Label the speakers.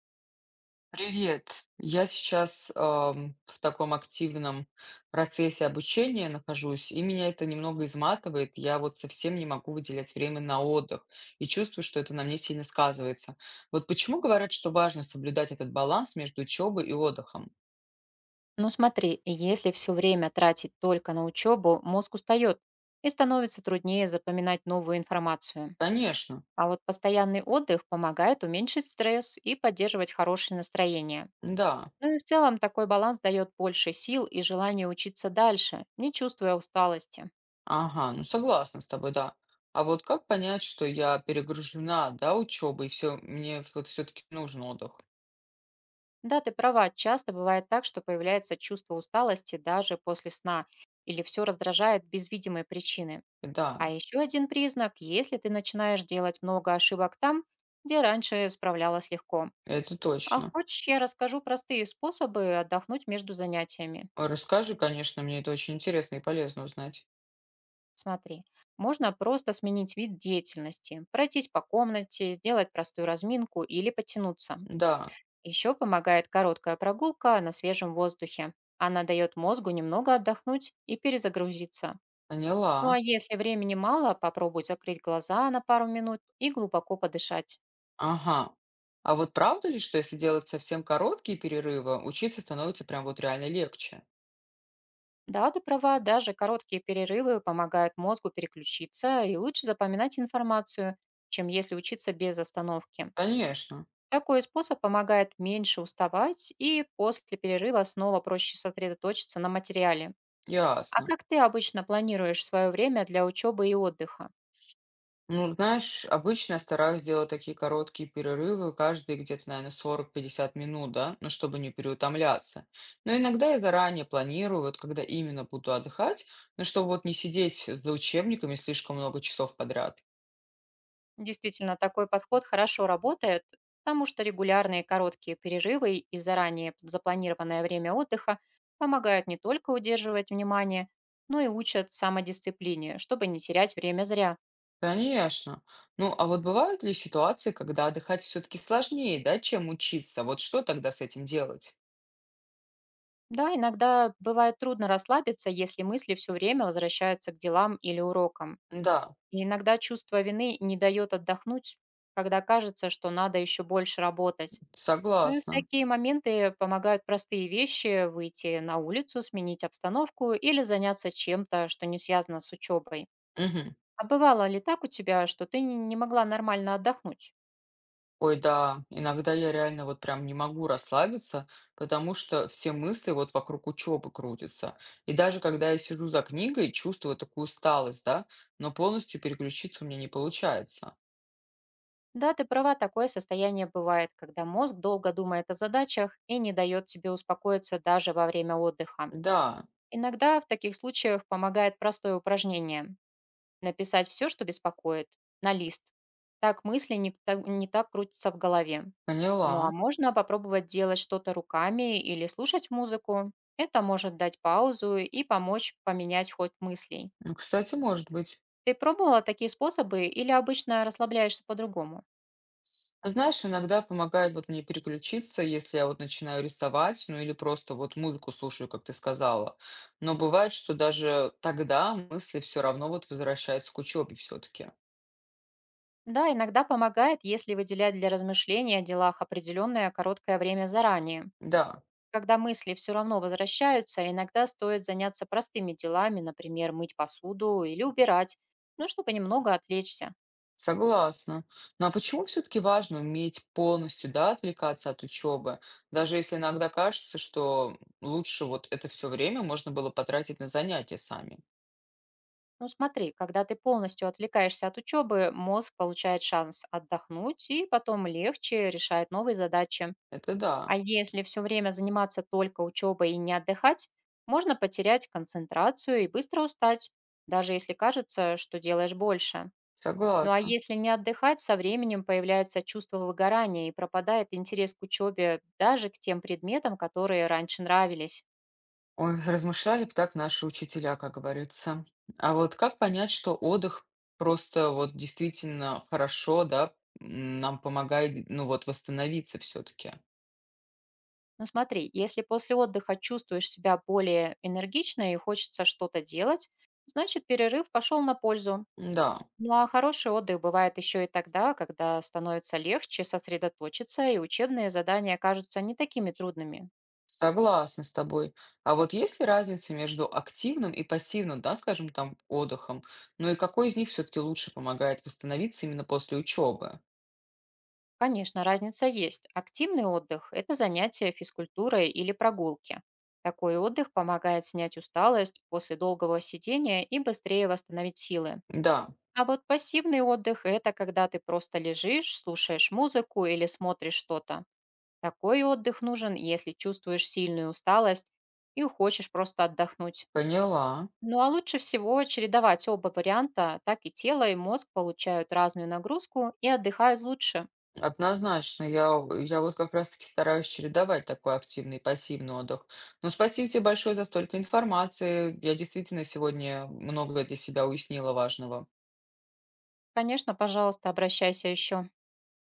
Speaker 1: Привет. В таком активном процессе обучения нахожусь, и меня это немного изматывает. Я вот совсем не могу выделять время на отдых и чувствую, что это на мне сильно сказывается. Вот почему говорят, что важно соблюдать этот баланс между учебой и отдыхом?
Speaker 2: Ну смотри, если все время тратить только на учебу, мозг устает и становится труднее запоминать новую информацию.
Speaker 1: Конечно,
Speaker 2: А вот постоянный отдых помогает уменьшить стресс и поддерживать хорошее настроение.
Speaker 1: да.
Speaker 2: Ну и в целом такой баланс дает больше сил и желания учиться дальше, не чувствуя усталости.
Speaker 1: Ага, ну согласна с тобой, да. А вот как понять, что я перегружена, да, учебой, и все, мне вот все-таки нужен отдых?
Speaker 2: Да, ты права, часто бывает так, что появляется чувство усталости даже после сна, или все раздражает без видимой причины.
Speaker 1: Да,
Speaker 2: А еще один признак, если ты начинаешь делать много ошибок там, где раньше справлялась легко.
Speaker 1: это
Speaker 2: А
Speaker 1: точно.
Speaker 2: хочешь, я расскажу простые способы отдохнуть между занятиями.
Speaker 1: А расскажи, конечно, мне это очень интересно и полезно узнать.
Speaker 2: Смотри, можно просто сменить вид деятельности, пройтись по комнате, сделать простую разминку или потянуться.
Speaker 1: Да,
Speaker 2: Еще помогает короткая прогулка на свежем воздухе. Она дает мозгу немного отдохнуть и перезагрузиться. Ну а
Speaker 1: поняла.
Speaker 2: если времени мало, попробуй закрыть глаза на пару минут и глубоко подышать.
Speaker 1: Ага. А вот правда ли, что если делать совсем короткие перерывы, учиться становится прям вот реально легче?
Speaker 2: Да, ты права, даже короткие перерывы помогают мозгу переключиться и лучше запоминать информацию, чем если учиться без остановки.
Speaker 1: Конечно,
Speaker 2: Такой способ помогает меньше уставать и после перерыва снова проще сосредоточиться на материале. А
Speaker 1: ясно.
Speaker 2: как ты обычно планируешь свое время для учебы и отдыха?
Speaker 1: Ну, знаешь, обычно я стараюсь делать такие короткие перерывы, каждые где-то, наверное, 40–50 минут, да, ну, чтобы не переутомляться. Но иногда я заранее планирую, вот когда именно буду отдыхать, ну, чтобы вот не сидеть за учебниками слишком много часов подряд.
Speaker 2: Действительно, такой подход хорошо работает, потому что регулярные короткие перерывы и заранее запланированное время отдыха помогают не только удерживать внимание, но и учат самодисциплине, чтобы не терять время зря.
Speaker 1: Конечно. Ну, а вот бывают ли ситуации, когда отдыхать все-таки сложнее, да, чем учиться? Вот что тогда с этим делать?
Speaker 2: Да, иногда бывает трудно расслабиться, если мысли все время возвращаются к делам или урокам.
Speaker 1: Да,
Speaker 2: И иногда чувство вины не дает отдохнуть, когда кажется, что надо еще больше работать. Ну и в
Speaker 1: согласна.
Speaker 2: такие моменты помогают простые вещи — выйти на улицу, сменить обстановку или заняться чем-то, что не связано с учебой.
Speaker 1: Мгм.
Speaker 2: А бывало ли так у тебя, что ты не могла нормально отдохнуть?
Speaker 1: Ой, да, иногда я реально вот прям не могу расслабиться, потому что все мысли вот вокруг учебы крутятся. И даже когда я сижу за книгой, чувствую такую усталость, да, но полностью переключиться у меня не получается.
Speaker 2: Да, ты права, такое состояние бывает, когда мозг долго думает о задачах и не дает тебе успокоиться даже во время отдыха.
Speaker 1: Да,
Speaker 2: Иногда в таких случаях помогает простое упражнение. Написать все, что беспокоит, на лист. Так мысли не так крутятся в голове. Ну, а
Speaker 1: поняла.
Speaker 2: можно попробовать делать что-то руками или слушать музыку. Это может дать паузу и помочь поменять ход мыслей.
Speaker 1: Ну, кстати, может быть.
Speaker 2: Ты пробовала такие способы или обычно расслабляешься по-другому?
Speaker 1: Знаешь, иногда помогает вот мне переключиться, если я вот начинаю рисовать, ну или просто вот музыку слушаю, как ты сказала. Но бывает, что даже тогда мысли все равно вот возвращаются к учебе все-таки.
Speaker 2: Да, иногда помогает, если выделять для размышления о делах определенное короткое время заранее.
Speaker 1: Да,
Speaker 2: Когда мысли все равно возвращаются, иногда стоит заняться простыми делами, например, мыть посуду или убирать, ну, чтобы немного отвлечься.
Speaker 1: согласна. Ну а почему все-таки важно уметь полностью, да, отвлекаться от учебы, даже если иногда кажется, что лучше вот это все время можно было потратить на занятия сами?
Speaker 2: Ну, смотри, когда ты полностью отвлекаешься от учебы, мозг получает шанс отдохнуть и потом легче решает новые задачи.
Speaker 1: Это да,
Speaker 2: А если все время заниматься только учебой и не отдыхать, можно потерять концентрацию и быстро устать, даже если кажется, что делаешь больше. Ну а
Speaker 1: согласна.
Speaker 2: если не отдыхать, со временем появляется чувство выгорания и пропадает интерес к учебе даже к тем предметам, которые раньше нравились.
Speaker 1: Ой, размышляли б так наши учителя, как говорится. А вот как понять, что отдых просто вот действительно хорошо, да, нам помогает, ну вот, восстановиться все-таки?
Speaker 2: Ну смотри, если после отдыха чувствуешь себя более энергично и хочется что-то делать, значит перерыв пошел на пользу.
Speaker 1: Да,
Speaker 2: Ну а хороший отдых бывает еще и тогда, когда становится легче сосредоточиться и учебные задания кажутся не такими трудными.
Speaker 1: согласна с тобой. А вот есть ли разница между активным и пассивным, да, скажем, там, отдыхом? Ну и какой из них все-таки лучше помогает восстановиться именно после учебы?
Speaker 2: Конечно, разница есть. Активный отдых — это занятия физкультурой или прогулки. Такой отдых помогает снять усталость после долгого сидения и быстрее восстановить силы.
Speaker 1: Да,
Speaker 2: А вот пассивный отдых — это когда ты просто лежишь, слушаешь музыку или смотришь что-то. Такой отдых нужен, если чувствуешь сильную усталость и хочешь просто отдохнуть.
Speaker 1: поняла.
Speaker 2: Ну а лучше всего чередовать оба варианта, так и тело, и мозг получают разную нагрузку и отдыхают лучше.
Speaker 1: Однозначно, я вот как раз таки стараюсь чередовать такой активный и пассивный отдых. Но спасибо тебе большое за столько информации. Я действительно сегодня многое для себя уяснила важного.
Speaker 2: Конечно, пожалуйста, обращайся еще.